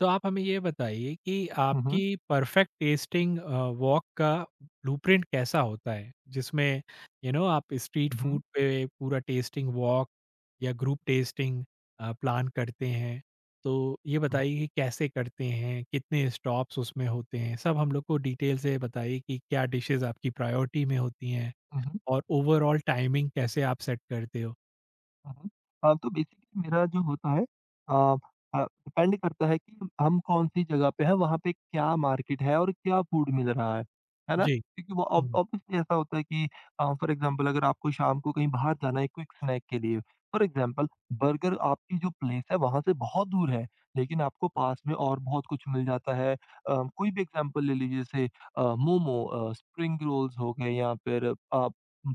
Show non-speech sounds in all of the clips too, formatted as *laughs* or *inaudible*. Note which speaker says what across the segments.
Speaker 1: तो आप हमें ये बताइए कि
Speaker 2: हुँ, हुँ,
Speaker 1: आपकी परफेक्ट टेस्टिंग वॉक का ब्लूप्रिंट कैसा होता है जिसमें यू नो आप स्ट्रीट
Speaker 2: हुँ,
Speaker 1: फूड पे पूरा टेस्टिंग वॉक या ग्रुप टेस्टिंग प्लान करते हैं। तो ये
Speaker 2: हुँ,
Speaker 1: बताइए कि कैसे करते हैं, कितने स्टॉप्स उसमें होते हैं, सब हम लोग को डिटेल से बताइए कि क्या डिशेस आपकी प्रायोरिटी में होती हैं
Speaker 2: हुँ,
Speaker 1: और ओवरऑल टाइमिंग कैसे आप सेट करते हो।
Speaker 2: हुँ। हाँ, तो बेसिकली मेरा जो होता है अ डिपेंड करता है कि हम कौन-सी जगह पे हैं, वहाँ पे क्या मार्केट है और क्या फूड मिल रहा है ना?
Speaker 1: जी।
Speaker 2: क्योंकि वो ऑब
Speaker 1: हम्म।
Speaker 2: ऑब्वियसली ऐसा होता है कि फॉर एग्ज़ाम्पल अगर आपको शाम को कहीं बाहर जाना है क्विक स्नैक के लिए, फॉर एग्ज़ाम्पल बर्गर आपकी जो प्लेस है वहाँ से बहुत दूर है, लेकिन आपको पास में और बहुत कुछ मिल जाता है। कोई भी एग्ज़ाम्पल ले लीजिए जैसे मोमो स्प्रिंग रोल्स हो गए या फिर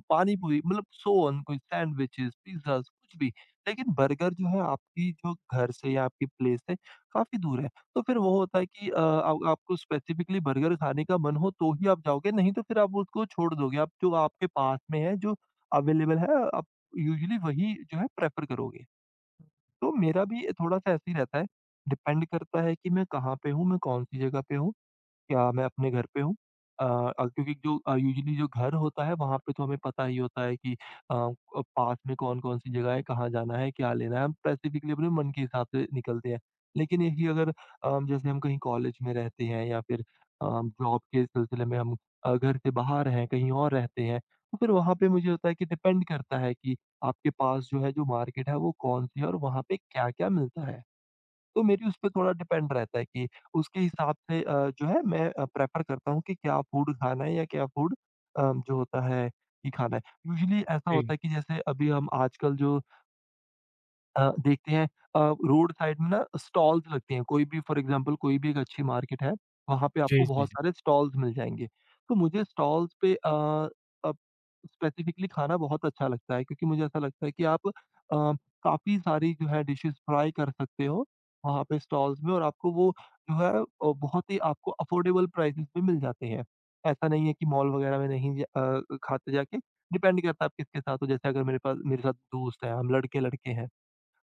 Speaker 2: पानी पूरी मतलब सोन कोई सैंडविचेस, पिज़्ज़ाज़ कुछ भी। लेकिन बर्गर जो है आपकी जो घर से या आपकी प्लेस से काफ़ी दूर है। तो फिर वो होता है कि आप आपको स्पेसिफिकली बर्गर खाने का मन हो तो ही आप जाओगे, नहीं तो फिर आप उसको छोड़ दोगे। आप जो आपके पास में है, जो अवेलेबल है, आप यूजुअली वही जो है प्रेफ़र करोगे। तो मेरा भी थोड़ा-सा ऐसे ही रहता है, डिपेंड करता है कि मैं कहाँ पे हूँ, मैं कौन-सी जगह पे हूँ। क्या मैं अपने घर पे हूँ? क्योंकि जो यूजुअली जो घर होता है वहाँ पे तो हमें पता ही होता है कि पास में कौन-कौन सी जगह है, कहाँ जाना है, क्या लेना है, हम स्पेसिफिकली अपने मन के हिसाब से निकलते हैं। लेकिन यही अगर जैसे हम कहीं कॉलेज में रहते हैं या फिर जॉब के सिलसिले में हम घर से बाहर हैं, कहीं और रहते हैं, तो फिर वहाँ पे मुझे होता है कि डिपेंड करता है कि आपके पास जो है, जो मार्केट है वो कौन-सी है और वहाँ पे क्या-क्या मिलता है। तो मेरी उसपे थोड़ा डिपेंड रहता है कि उसके हिसाब से जो है मैं प्रेफ़र करता हूँ कि क्या फूड खाना है या क्या फूड अ, जो होता है कि खाना है। यूजुअली ऐसा होता
Speaker 1: जी,
Speaker 2: है कि जैसे अभी हम आजकल जो देखते हैं अ, रोड साइड में ना स्टॉल्स लगती हैं। कोई भी फ़ॉर एग्ज़ाम्पल कोई भी एक अच्छी मार्केट है, वहाँ पे
Speaker 1: जी,
Speaker 2: आपको
Speaker 1: जी।
Speaker 2: बहुत
Speaker 1: जी।
Speaker 2: सारे स्टॉल्स मिल जाएँगे। तो मुझे स्टॉल्स पे अब स्पेसिफ़िकली खाना बहुत अच्छा लगता है क्योंकि मुझे ऐसा लगता है कि आप काफ़ी सारी जो है डिशेज़ ट्राई कर सकते हो, वहाँ पे स्टॉल्स में और आपको वो जो है बहुत ही आपको अफ़ोर्डेबल प्राइसेज़ पे मिल जाते हैं। ऐसा नहीं है कि मॉल वग़ैरह में नहीं जा खाते जाके डिपेंड करता है आप किसके साथ हो। जैसे अगर मेरे पास मेरे साथ दोस्त हैं, हम लड़के-लड़के हैं।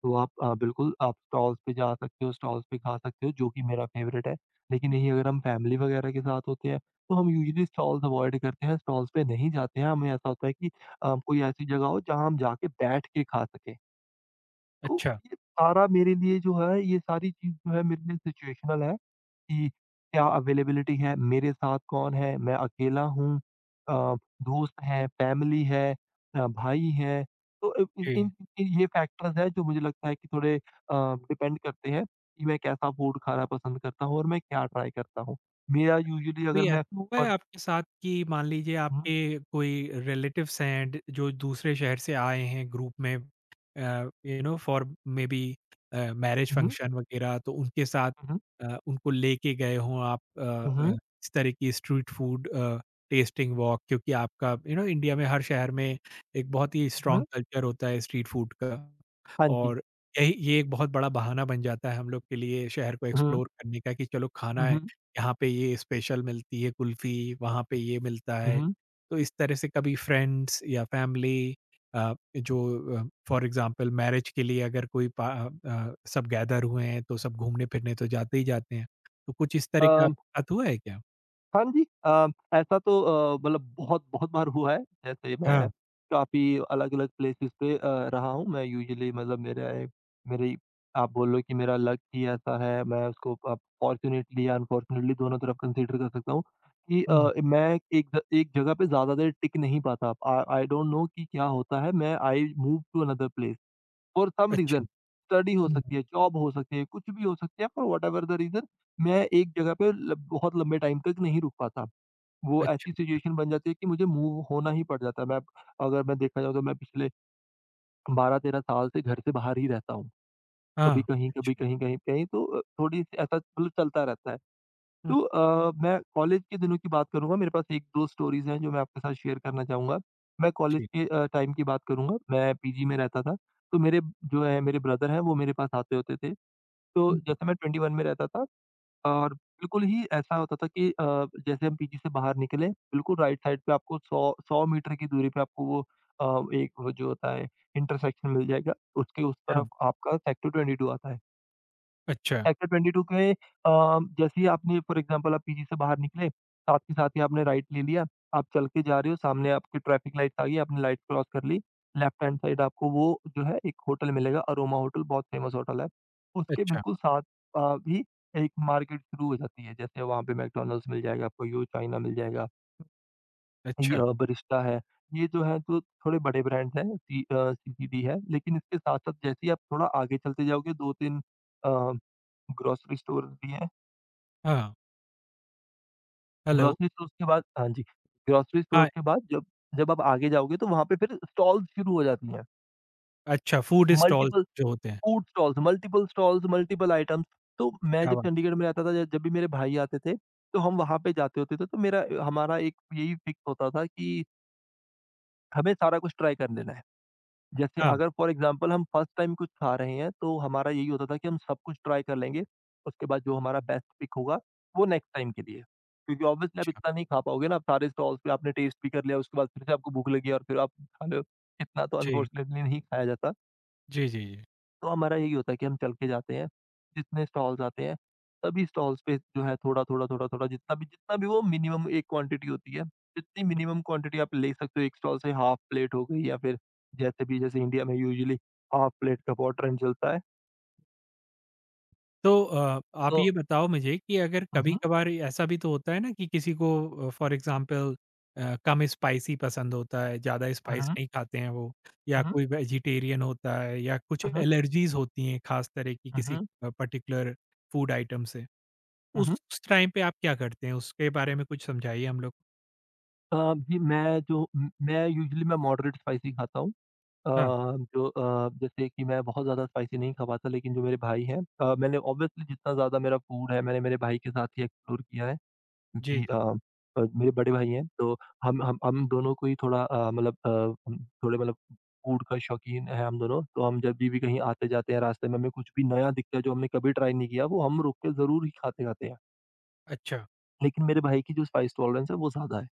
Speaker 2: तो आप बिल्कुल आप स्टॉल्स पे जा सकते हो, स्टॉल्स पे खा सकते हो, जो कि मेरा फ़ेवरेट है। लेकिन यही अगर हम फ़ैमिली वगैरह के साथ होते हैं, तो हम यूज़ुअली स्टॉल्स अवॉइड करते हैं, स्टॉल्स पे नहीं जाते हैं। हमें ऐसा होता है कि कोई ऐसी जगह हो, जहाँ हम जाके बैठ के खा सकें। तो
Speaker 1: अच्छा।
Speaker 2: ये सारा मेरे लिए जो है, ये सारी चीज़ जो है मेरे लिए सिचुएशनल है। कि क्या अवेलेबिलिटी है, मेरे साथ कौन है, मैं अकेला हूँ अ, दोस्त हैं, फैमिली है भाई हैं। तो इन इन
Speaker 1: जी।
Speaker 2: इन ये फैक्टर्स हैं जो मुझे लगता है कि थोड़े डिपेंड करते हैं कि मैं कैसा फूड खाना पसंद करता हूँ और मैं क्या ट्राई करता हूँ। मेरा यूजुअली अगर
Speaker 1: कभी
Speaker 2: मैं
Speaker 1: ऐसा हुआ है
Speaker 2: और
Speaker 1: आपके साथ कि मान लीजिए
Speaker 2: हुँ,
Speaker 1: आपके कोई रिलेटिव्स हैं जो दूसरे शहर से आए हैं ग्रुप में, you know for maybe marriage
Speaker 2: हुँ,
Speaker 1: फंक्शन वगैरह, तो उनके साथ
Speaker 2: हुँ,
Speaker 1: उनको लेके गए हों आप,
Speaker 2: हुँ,
Speaker 1: इस तरह की स्ट्रीट फूड टेस्टिंग वॉक, क्योंकि आपका यू नो इंडिया में हर शहर में एक बहुत ही
Speaker 2: हुँ, हुँ,
Speaker 1: स्ट्रांग कल्चर होता है स्ट्रीट फूड का।
Speaker 2: हाँ जी।
Speaker 1: और यही ये एक बहुत बड़ा बहाना बन जाता है हम लोग के लिए शहर को
Speaker 2: हुँ,
Speaker 1: एक्सप्लोर करने का कि चलो खाना
Speaker 2: हुँ, हुँ,
Speaker 1: यहाँ पे ये स्पेशल मिलती है कुल्फ़ी, वहाँ पे ये मिलता है।
Speaker 2: हुँ।
Speaker 1: तो इस तरह से कभी फ्रेंड्स या फ़ैमिली, अ, जो अ, फ़ॉर एग्ज़ाम्पल मैरिज के लिए अगर कोई सब गैदर हुए हैं, तो सब घूमने-फिरने तो जाते ही जाते हैं। तो कुछ इस तरह का
Speaker 2: अ
Speaker 1: आपके साथ हुआ है क्या?
Speaker 2: हाँ जी। ऐसा तो मतलब बहुत-बहुत बार हुआ है। जैसे मैं
Speaker 1: हाँ।
Speaker 2: काफ़ी अलग-अलग प्लेसेस पे रहा हूँ। मैं यूजुअली मतलब मेरा एक मेरी आप बोल लो कि मेरा लक ही ऐसा है, मैं उसको अब फॉर्च्यूनेटली या अनफॉर्च्यूनेटली दोनों तरफ कंसीडर कर सकता हूँ कि
Speaker 1: हुँ।
Speaker 2: मैं एक जगह पे ज़्यादा देर टिक नहीं पाता। आई आई डोंट नो कि क्या होता है? मैं I move to another place. For some
Speaker 1: अच्छा।
Speaker 2: रीज़न स्टडी हो
Speaker 1: हुँ।
Speaker 2: सकती है, जॉब हो सकती है, कुछ भी हो सकती है पर व्हाटएवर द रीज़न मैं एक जगह पे ल बहुत लंबे टाइम तक नहीं रुक पाता। वो ऐसी
Speaker 1: अच्छा।
Speaker 2: सिचुएशन बन जाती है कि मुझे मूव होना ही पड़ जाता है। मैं अगर मैं देखा जाऊँ तो मैं पिछले 12-13 साल से घर से बाहर ही रहता हूँ।
Speaker 1: हाँ,
Speaker 2: कभी कहीं, कभी
Speaker 1: अच्छा।
Speaker 2: कहीं, कहीं, कहीं तो थोड़ी सी ऐसा मतलब चलता रहता है।
Speaker 1: हुँ।
Speaker 2: तो मैं कॉलेज के दिनों की बात करूँगा, मेरे पास 1-2 स्टोरीज़ हैं जो मैं आपके साथ शेयर करना चाहूँगा। मैं कॉलेज
Speaker 1: जी।
Speaker 2: के टाइम की बात करूँगा, मैं पीजी में रहता था, तो मेरे जो है मेरे ब्रदर हैं वो मेरे पास आते होते थे। तो
Speaker 1: हुँ।
Speaker 2: जैसे मैं 21 में रहता था और बिल्कुल ही ऐसा होता था कि जैसे हम पीजी से बाहर निकले, बिल्कुल राइट साइड पे आपको 100 मीटर की दूरी पे आपको वो एक वो जो होता है इंटरसेक्शन मिल जाएगा, उसके उस
Speaker 1: हाँ।
Speaker 2: तरफ आपका सेक्टर 22 आता है।
Speaker 1: अच्छा।
Speaker 2: सेक्टर 22 के जैसे ही आपने फॉर एग्ज़ाम्पल आप पीजी से बाहर निकले, साथ ही आपने राइट ले लिया, आप चल के जा रहे हो, सामने आपकी ट्रैफिक लाइट्स आ गई, आपने लाइट क्रॉस कर ली, लेफ्ट हैंड साइड आपको वो जो है एक होटल मिलेगा, अरोमा होटल बहुत फ़ेमस होटल है। उसके
Speaker 1: अच्छा।
Speaker 2: बिल्कुल साथ भी एक मार्केट शुरू हो जाती है, जैसे वहाँ पे मैकडॉनल्ड्स मिल जाएगा आपको, यो चाइना मिल जाएगा, ये
Speaker 1: अच्छा।
Speaker 2: बरिस्टा है, ये जो है तो थोड़े बड़े ब्रांड्स हैं, सीसीडी है, लेकिन इसके साथ-साथ जैसे ही आप थोड़ा आगे चलते जाओगे 2-3 अ, ग्रोसरी स्टोर भी हैं।
Speaker 1: हाँ। हेलो।
Speaker 2: ग्रोसरी स्टोर्स के बाद हाँ जी, ग्रोसरी
Speaker 1: हाँ।
Speaker 2: स्टोर्स के बाद जब जब आप आगे जाओगे तो वहाँ पे फिर स्टॉल्स शुरू हो जाती हैं।
Speaker 1: अच्छा, फ़ूड स्टॉल्स
Speaker 2: मल्टिपल
Speaker 1: जो होते हैं।
Speaker 2: Food stalls, multiple items. तो मैं
Speaker 1: क्या
Speaker 2: जब
Speaker 1: बात।
Speaker 2: चंडीगढ़ में रहता था ज जब भी मेरे भाई आते थे, तो हम वहाँ पे जाते होते थे तो मेरा हमारा एक यही फिक्स होता था कि हमें सारा कुछ ट्राई कर लेना है। जैसे
Speaker 1: हाँ,
Speaker 2: अगर फॉर एग्ज़ाम्पल हम फर्स्ट टाइम कुछ खा रहे हैं, तो हमारा यही होता था कि हम सब कुछ ट्राई कर लेंगे, उसके बाद जो हमारा बेस्ट पिक होगा, वो नेक्स्ट टाइम के लिए। क्योंकि ऑब्वियसली आप
Speaker 1: अच्छा।
Speaker 2: इतना नहीं खा पाओगे ना, आप सारे स्टॉल्स पे आपने टेस्ट भी कर लिया, उसके बाद फिर से आपको भूख लगी और फिर आप खा रहे हो, इतना तो
Speaker 1: जी।
Speaker 2: अनफॉर्चुनेटली नहीं खाया जाता।
Speaker 1: जी, जी, जी।
Speaker 2: तो हमारा यही होता है कि हम चल के जाते हैं, जितने स्टॉल्स आते हैं, सभी स्टॉल्स पे जो है थोड़ा-थोड़ा, थोड़ा-थोड़ा जितना भी वो मिनिमम एक क्वांटिटी होती है, जितनी मिनिमम क्वांटिटी आप ले सकते हो एक स्टॉल से हाफ प्लेट हो गई या फिर जैसे इंडिया में यूजुअली हाफ प्लेट का बहुत ट्रेंड चलता है।
Speaker 1: तो आप
Speaker 2: तो
Speaker 1: ये बताओ मुझे कि अगर
Speaker 2: हुँ, हुँ,
Speaker 1: कभी-कभार ऐसा भी तो होता है ना कि किसी को फॉर एग्ज़ाम्पल कम स्पाइसी पसंद होता है, ज़्यादा
Speaker 2: हुँ,
Speaker 1: स्पाइस
Speaker 2: हुँ,
Speaker 1: नहीं खाते हैं वो, या
Speaker 2: हुँ,
Speaker 1: कोई वेजिटेरियन होता है या कुछ
Speaker 2: हुँ,
Speaker 1: एलर्जीज़ होती हैं ख़ास तरह की किसी
Speaker 2: हुँ,
Speaker 1: पर्टिकुलर फूड आइटम से।
Speaker 2: हुँ,
Speaker 1: उस
Speaker 2: हुँ।
Speaker 1: उस टाइम पे आप क्या करते हैं? उसके बारे में कुछ समझाइए हम लोग को।
Speaker 2: जी मैं जो म मैं यूजुअली मैं मॉडरेट स्पाइसी खाता हूँ।
Speaker 1: हाँ,
Speaker 2: जैसे कि मैं बहुत ज़्यादा स्पाइसी नहीं खाता लेकिन जो मेरे भाई हैं मैंने ऑब्वियसली जितना ज़्यादा मेरा फूड है मैंने मेरे भाई के साथ ही एक्सप्लोर किया है
Speaker 1: जी,
Speaker 2: क्योंकि
Speaker 1: जी।
Speaker 2: मेरे बड़े भाई हैं तो हम दोनों को ही थोड़ा हम थोड़े मतलब फूड का शौकीन है हम दोनों तो हम जब भी कहीं आते जाते हैं रास्ते में हमें कुछ भी नया दिखता है जो हमने कभी ट्राई नहीं किया वो हम रुक के ज़रूर ही खाते खाते हैं।
Speaker 1: अच्छा।
Speaker 2: लेकिन मेरे भाई की जो स्पाइस टॉलरेंस है वो ज़्यादा है।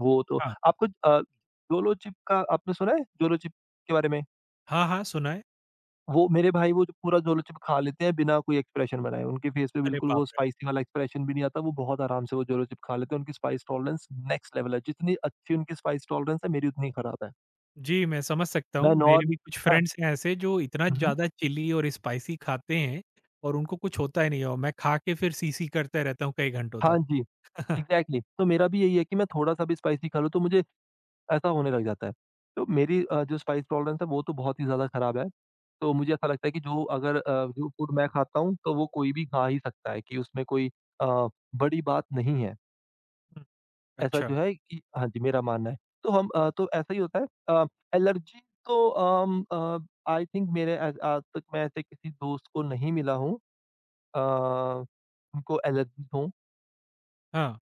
Speaker 2: वो तो
Speaker 1: हाँ।
Speaker 2: आपको जोलो चिप का आपने सुना है? जोलो चिप के बारे में?
Speaker 1: हाँ, हाँ, सुना है।
Speaker 2: वो मेरे भाई वो जो पूरा ज़ोलो चिप खा लेते हैं बिना कोई एक्सप्रेशन बनाए। उनके फेस पे
Speaker 1: अरे
Speaker 2: बिल्कुल
Speaker 1: बाप!
Speaker 2: वो स्पाइसी वाला एक्सप्रेशन भी नहीं आता, वो बहुत आराम से वो ज़ोलो चिप खा लेते हैं। उनकी स्पाइस टॉलरेंस नेक्स्ट लेवल है। जितनी अच्छी उनकी स्पाइस टॉलरेंस है, मेरी उतनी खराब है।
Speaker 1: जी, मैं समझ सकता
Speaker 2: मैं
Speaker 1: हूँ। मेरे
Speaker 2: नॉन
Speaker 1: भी कुछ
Speaker 2: मैं
Speaker 1: फ्रेंड्स हैं ऐसे जो इतना
Speaker 2: हुँ, हुँ।
Speaker 1: ज़्यादा चिली और स्पाइसी खाते हैं और उनको कुछ होता ही नहीं है, और मैं खा के फिर सी-सी करते रहता हूँ कई घंटों तक।
Speaker 2: हाँ जी,
Speaker 1: *laughs*
Speaker 2: एग्ज़ैक्टली। तो मेरा भी यही है कि मैं थोड़ा-सा भी स्पाइसी खा लूँ, तो मुझे ऐसा होने लग जाता है। तो मेरी जो स्पाइस टॉलरेंस है, वो तो बहुत ही ज़्यादा खराब है। तो मुझे ऐसा लगता है कि जो अगर अ, जो फूड मैं खाता हूँ, तो वो कोई भी खा ही सकता है, कि उसमें कोई अ, बड़ी बात नहीं है।
Speaker 1: हुँ।
Speaker 2: ऐसा जो
Speaker 1: अच्छा।
Speaker 2: है कि हाँ जी, मेरा मानना है। तो ऐसा ही होता है एलर्जी। तो आई थिंक आज तक मैं ऐसे किसी दोस्त को नहीं मिला हूँ अ, उनको एलर्जीज़ हो।
Speaker 1: हाँ।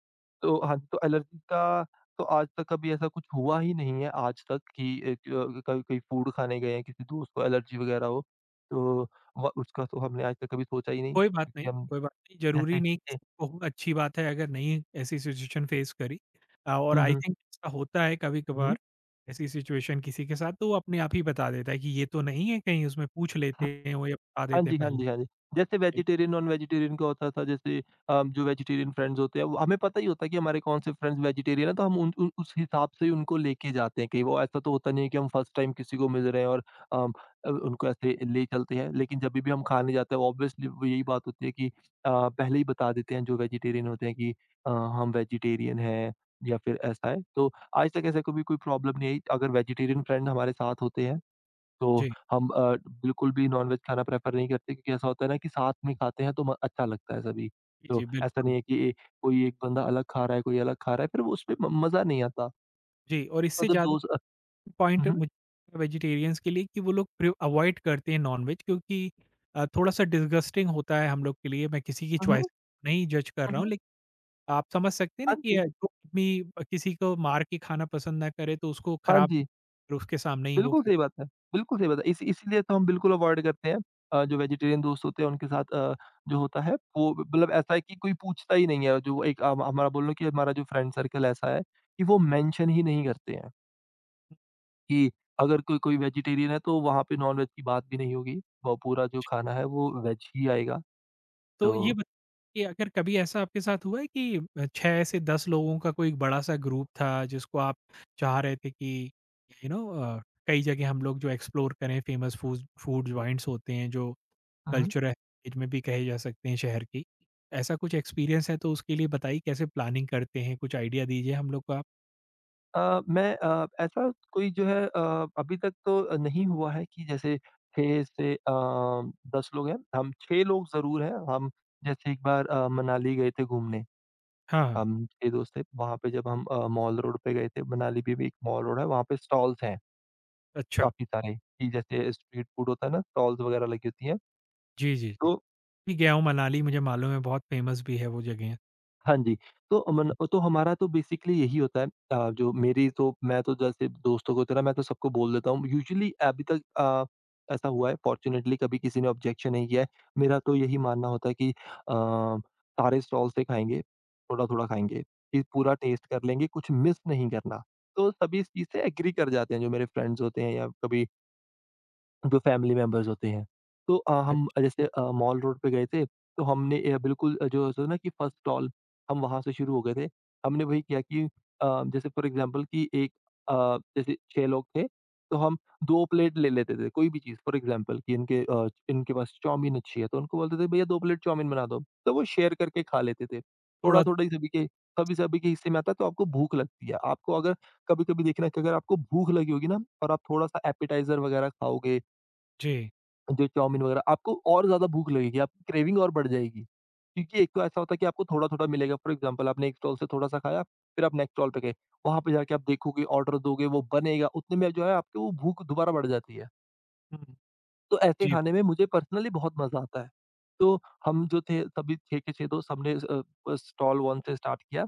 Speaker 2: तो हाँ जी, तो एलर्जी का, तो आज तक कभी ऐसा कुछ हुआ ही नहीं है, आज तक कि कभी कोई फूड खाने गए हैं, किसी दोस्त को एलर्जी वगैरह हो। तो व उसका तो हमने आज तक कभी सोचा ही नहीं, क्योंकि हम
Speaker 1: कोई बात नहीं,
Speaker 2: जैसे
Speaker 1: ज़रूरी नहीं कि
Speaker 2: ए
Speaker 1: बहुत अच्छी बात है अगर नहीं ऐसी सिचुएशन फेस करी। और
Speaker 2: हुँ,
Speaker 1: आई
Speaker 2: हुँ।
Speaker 1: थिंक ऐसा होता है
Speaker 2: हुँ, हुँ।
Speaker 1: कभी-कभार ऐसी सिचुएशन किसी के साथ, तो वो अपने आप ही बता देता है कि ये तो नहीं है, कहीं उसमें पूछ लेते हैं वो या बता
Speaker 2: हाँ
Speaker 1: देते हैं
Speaker 2: जी, हाँ
Speaker 1: पहले।
Speaker 2: जी, हाँ जी। जैसे
Speaker 1: से।
Speaker 2: वेजिटेरियन, नॉन-वेजिटेरियन का होता था, जैसे जो वेजिटेरियन फ्रेंड्स होते हैं वो हमें पता ही होता है कि हमारे कौन से फ्रेंड्स वेजिटेरियन हैं, तो हम उन उ उस हिसाब से ही उनको लेके जाते हैं कहीं। वो ऐसा तो होता नहीं है कि हम फर्स्ट टाइम किसी को मिल रहे हैं और अम, उनको ऐसे ले चलते हैं। लेकिन जभी भी हम खाने जाते हैं ऑब्वियसली वो यही बात होती है कि पहले ही बता देते हैं जो वेजिटेरियन होते हैं, कि हम वेजिटेरियन हैं या फिर ऐसा है। तो आज तक ऐसा कभी कोई प्रॉब्लम नहीं आई अगर वेजिटेरियन फ्रेंड हमारे साथ होते हैं। तो
Speaker 1: जी,
Speaker 2: हम बिल्कुल भी नॉनवेज खाना प्रेफ़र नहीं करते, क्योंकि ऐसा होता है ना कि साथ में खाते हैं तो म अच्छा लगता है सभी।
Speaker 1: जी, जी,
Speaker 2: तो ऐसा
Speaker 1: बिल्कुल।
Speaker 2: नहीं है कि ए कोई एक बंदा अलग खा रहा है, कोई अलग खा रहा है, फिर वो उसमें म मज़ा नहीं आता।
Speaker 1: जी, और
Speaker 2: और
Speaker 1: इससे
Speaker 2: जब
Speaker 1: ज़्यादा
Speaker 2: दोस्त हुँ,
Speaker 1: पॉइंट
Speaker 2: हुँ,
Speaker 1: मुझे वेजिटेरियंस के लिए कि वो लोग प्रि अवॉइड करते हैं नॉन-वेज, क्योंकि थोड़ा-सा डिसगस्टिंग होता है हम लोग के लिए। मैं किसी की
Speaker 2: हुँ,
Speaker 1: चॉइस
Speaker 2: हुँ,
Speaker 1: नहीं जज कर
Speaker 2: हुँ,
Speaker 1: रहा हूँ,
Speaker 2: हुँ।
Speaker 1: लेकिन आप समझ सकते हैं ना
Speaker 2: हाँ
Speaker 1: कि
Speaker 2: जी,
Speaker 1: जो भी किसी को मार के खाना पसंद ना करे तो उसको
Speaker 2: हाँ
Speaker 1: खराब *laughs*
Speaker 2: जी।
Speaker 1: और उसके सामने ही वो
Speaker 2: बिल्कुल
Speaker 1: फूक।
Speaker 2: सही बात है, बिल्कुल सही बात है। इस इसीलिए तो हम बिल्कुल अवॉइड करते हैं। जो वेजिटेरियन दोस्त होते हैं उनके साथ जो होता है, वो मतलब ऐसा है कि कोई पूछता ही नहीं है, जो एक हम हमारा बोल लो कि हमारा जो फ्रेंड सर्कल ऐसा है कि वो मेंशन ही नहीं करते हैं। कि अगर कोई कोई वेजिटेरियन है तो वहाँ पे नॉन-वेज की बात भी नहीं होगी। वो पूरा जो खाना है वो वेज ही आएगा।
Speaker 1: तो
Speaker 2: तो
Speaker 1: ये बताइए अगर कभी ऐसा आपके साथ हुआ है कि 6 से 10 लोगों का कोई बड़ा सा ग्रुप था जिसको आप चाह रहे थे कि यू नो, कई जगह हम लोग जो एक्सप्लोर करें, फेमस फूड फूड जॉइंट्स होते हैं जो
Speaker 2: हुँ, हुँ।
Speaker 1: कल्चरल हेरिटेज में भी कहे जा सकते हैं शहर की। ऐसा कुछ एक्सपीरियंस है तो उसके लिए बताइए कैसे प्लानिंग करते हैं? कुछ आइडिया दीजिए हम लोग को आप?
Speaker 2: मैं ऐसा कोई जो है अभी तक तो नहीं हुआ है कि जैसे 6 से 10 लोग हैं। हम 6 लोग ज़रूर हैं। हम जैसे एक बार मनाली गए थे घूमने।
Speaker 1: हाँ, हाँ।
Speaker 2: हम 6 दोस्त थे। वहाँ पे जब हम मॉल रोड पे गए थे, मनाली में भी एक मॉल रोड है, वहाँ पे स्टॉल्स हैं
Speaker 1: अच्छा।
Speaker 2: काफ़ी सारे, कि जैसे स्ट्रीट फूड होता है ना, स्टॉल्स वगैरह लगी होती हैं।
Speaker 1: जी, जी, जी।
Speaker 2: तो
Speaker 1: भी गया हूँ मनाली, मुझे मालूम है, बहुत फ़ेमस भी है वो जगह।
Speaker 2: हाँ जी, तो अमन तो हमारा तो बेसिकली यही होता है, जो मेरी, तो मैं तो जैसे दोस्तों को तरह मैं तो सबको बोल देता हूँ। यूजुअली अभी तक ऐसा हुआ है फॉर्च्यूनेटली, कभी किसी ने ऑब्जेक्शन नहीं किया है। मेरा तो यही मानना होता है कि सारे स्टॉल से खाएँगे, थोड़ा-थोड़ा खाएँगे, फिर पूरा टेस्ट कर लेंगे, कुछ मिस नहीं करना। तो सभी इस चीज़ से एग्री कर जाते हैं, जो मेरे फ्रेंड्स होते हैं या कभी जो फैमिली मेंबर्स होते हैं। तो
Speaker 1: अ,
Speaker 2: हम जैसे मॉल रोड पे गए थे, तो हमने जो होता है ना कि फर्स्ट स्टॉल, हम वहाँ से शुरू हो गए थे। हमने वही किया कि जैसे फॉर एग्ज़ाम्पल कि अ, जैसे 6 लोग थे, तो हम 2 प्लेट ले लेते थे, कोई भी चीज़ फॉर एग्ज़ाम्पल कि इनके पास चाउमीन अच्छी है, तो उनको बोलते थे भैया 2 प्लेट चाउमीन बना दो, तो वो शेयर करके खा लेते थे।
Speaker 1: थोड़ा
Speaker 2: थोड़ा-थोड़ा ही सभी-सभी के हिस्से में आता है, तो आपको भूख लगती है। आपको, अगर कभी-कभी देखना, कि अगर आपको भूख लगी होगी ना और आप थोड़ा-सा एपेटाइज़र वगैरह खाओगे,
Speaker 1: जी।
Speaker 2: जो चाउमीन वगैरह, आपको और ज़्यादा भूख लगेगी, आपकी क्रेविंग और बढ़ जाएगी। क्योंकि एक तो ऐसा होता है कि आपको थोड़ा-थोड़ा मिलेगा, फॉर एग्ज़ाम्पल आपने एक स्टॉल से थोड़ा-सा खाया, फिर आप नेक्स्ट स्टॉल पे गए, वहाँ पे जाके आप देखोगे, ऑर्डर दोगे, वो बनेगा, उतने में जो है आपकी वो भूख दोबारा बढ़ जाती है।
Speaker 1: हुँ,
Speaker 2: तो ऐसे
Speaker 1: जी,
Speaker 2: खाने में मुझे पर्सनली बहुत मज़ा आता है। तो हम जो थे सभी 6 के 6 दोस्त, सबने स्टॉल 1 से स्टार्ट किया।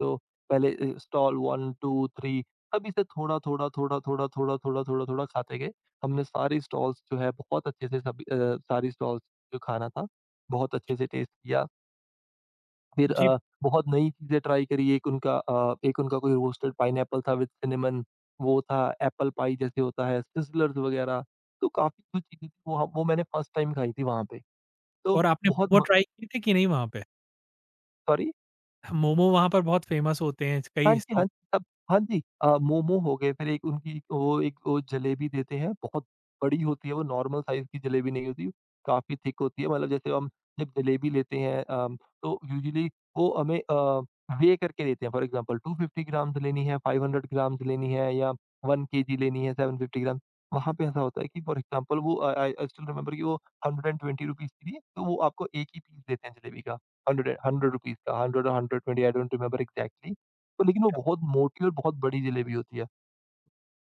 Speaker 2: तो पहले स्टॉल 1, 2, 3 सभी से थोड़ा, थोड़ा, थोड़ा, थोड़ा, थोड़ा, थोड़ा, थोड़ा, थोड़ा खाते गए। हमने सारी स्टॉल्स जो है बहुत अच्छे से, सारी स्टॉल्स जो खाना था बहुत अच्छे से टेस्ट किया। फिर
Speaker 1: जी।
Speaker 2: बहुत नई चीज़ें ट्राई करी। एक उनका कोई रोस्टेड पाइनएप्पल था विद सिनेमन, वो था एप्पल पाई जैसे होता है, सिज़लर्स वगैरह। तो काफ़ी जो चीज़ें थी वो मैंने फर्स्ट टाइम खाई थी वहाँ पे। तो
Speaker 1: और आपने
Speaker 2: बहुत
Speaker 1: मोमो
Speaker 2: म
Speaker 1: ट्राई किए थे कि नहीं वहाँ पे?
Speaker 2: सॉरी?
Speaker 1: हाँ, मोमो वहाँ पर बहुत फ़ेमस होते हैं,
Speaker 2: हाँ
Speaker 1: कई
Speaker 2: जी,
Speaker 1: स्टॉल।
Speaker 2: हाँ जी, सब हाँ जी। मोमो हो गए, फिर एक उनकी वो जलेबी देते हैं, बहुत बड़ी होती है, वो नॉर्मल साइज़ की जलेबी नहीं होती, काफ़ी थिक होती है। मतलब जैसे हम जब जलेबी लेते हैं तो यूजुअली वो हमें वेइ करके देते हैं। फॉर एग्ज़ाम्पल 250 ग्राम्स लेनी है, 500 ग्राम्स लेनी है या 1 केजी लेनी है, 750 ग्राम्स। वहाँ पे ऐसा होता है कि फॉर एग्ज़ाम्पल वो आई आई आई स्टिल रिमेंबर कि वो ₹120 की थी, तो वो आपको एक ही पीस देते हैं जलेबी का, 100 रुपीज़ का, 100 और 120, आई डोंट रिमेंबर एक्ज़ैक्टली। तो लेकिन वो
Speaker 1: क्या
Speaker 2: बहुत मोटी और बहुत बड़ी जलेबी होती है।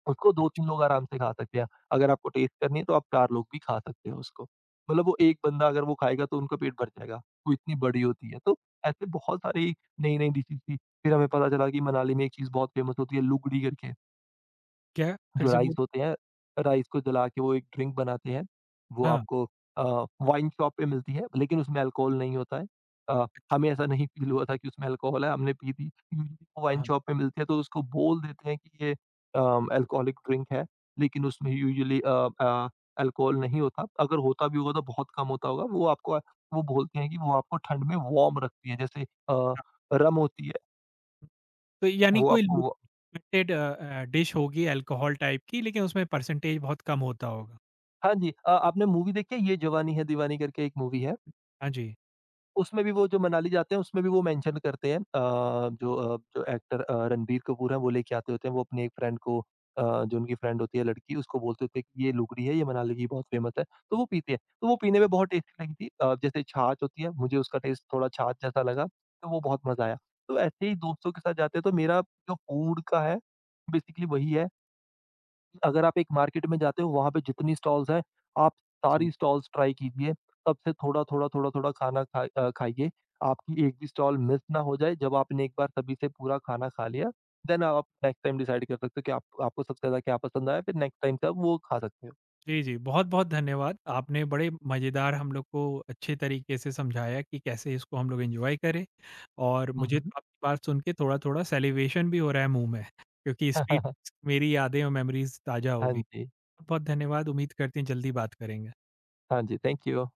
Speaker 2: उसको
Speaker 1: अच्छा।
Speaker 2: 2-3 लोग आराम से खा सकते हैं। अगर आपको टेस्ट करनी है तो आप 4 लोग भी खा सकते हो उसको। मतलब वो एक बंदा अगर वो खाएगा तो उनका पेट भर जाएगा, वो इतनी बड़ी होती है। तो ऐसे बहुत सारी नई-नई डिशेज़ थी। फिर हमें पता चला कि मनाली में एक चीज़ बहुत फ़ेमस होती है, लुगड़ी करके।
Speaker 1: क्या? फिर
Speaker 2: जो
Speaker 1: से
Speaker 2: राइस
Speaker 1: बोल।
Speaker 2: होते हैं, राइस को जला के वो एक ड्रिंक बनाते हैं। वो
Speaker 1: हाँ,
Speaker 2: आपको अ, वाइन शॉप पे मिलती है, लेकिन उसमें अल्कोहल नहीं होता है। अ, हमें ऐसा नहीं फ़ील हुआ था कि उसमें अल्कोहल है, हमने पी थी। यूजुअली वो वाइन
Speaker 1: हाँ,
Speaker 2: शॉप पे मिलती है, तो उसको बोल देते हैं कि ये अल्कोहलिक ड्रिंक है, लेकिन उसमें यूजुअली अ, अल्कोहल नहीं होता। अगर होता भी होगा तो बहुत कम होता होगा। वो आपको वो बोलते हैं कि वो आपको ठंड में वार्म रखती है, जैसे अ,
Speaker 1: हाँ।
Speaker 2: रम होती है,
Speaker 1: तो यानी
Speaker 2: वो
Speaker 1: कोई
Speaker 2: आपको वो,
Speaker 1: लिमिटेड डिश होगी अल्कोहल टाइप की, लेकिन उसमें परसेंटेज बहुत कम होता होगा।
Speaker 2: हाँ जी, आपने मूवी देखी है, ये जवानी है दीवानी करके एक मूवी है?
Speaker 1: हाँ जी।
Speaker 2: उसमें भी वो जो मनाली जाते हैं, उसमें भी वो मेंशन करते हैं, जो एक्टर रणबीर कपूर हैं, वो लेके आते होते हैं। वो अपनी एक फ्रेंड को, जो उनकी फ्रेंड होती है लड़की, उसको बोलते होते हैं कि ये लुगड़ी है, ये मनाली की बहुत फेमस है, तो वो पीते हैं। तो वो पीने में बहुत टेस्टी लगी थी। जैसे छाछ होती है, मुझे उसका टेस्ट थोड़ा छाछ जैसा लगा, तो वो बहुत मज़ा आया। तो ऐसे ही दोस्तों के साथ जाते हैं, तो मेरा जो फूड का है, बेसिकली वही है, अगर आप एक मार्केट में जाते हो वहाँ पे जितनी स्टॉल्स हैं, आप
Speaker 1: जी।
Speaker 2: सारी स्टॉल्स ट्राई कीजिए। सबसे थोड़ा-थोड़ा, थोड़ा-थोड़ा खाना खाइए। आपकी एक भी स्टॉल मिस ना हो जाए। जब आपने एक बार सभी से पूरा खाना खा लिया, देन आप नेक्स्ट टाइम डिसाइड कर सकते हो कि आप आपको सबसे ज़्यादा क्या पसंद आया, फिर नेक्स्ट टाइम से आप वो खा सकते हो।
Speaker 1: जी, जी। बहुत-बहुत धन्यवाद। आपने बड़े मज़ेदार हम लोग को अच्छे तरीके से समझाया कि कैसे इसको हम लोग एन्जॉय करें, और
Speaker 2: हुँ,
Speaker 1: मुझे
Speaker 2: हुँ।
Speaker 1: तो आपकी बात सुन के थोड़ा-थोड़ा सैलिवेशन भी हो रहा है मुँह में, क्योंकि स्ट्रीट
Speaker 2: *laughs*
Speaker 1: मेरी यादें और मेमोरीज़ ताज़ा हो
Speaker 2: हाँ
Speaker 1: गई।
Speaker 2: जी।
Speaker 1: बहुत धन्यवाद, उम्मीद करते हैं जल्दी बात करेंगे।
Speaker 2: हाँ जी, थैंक यू।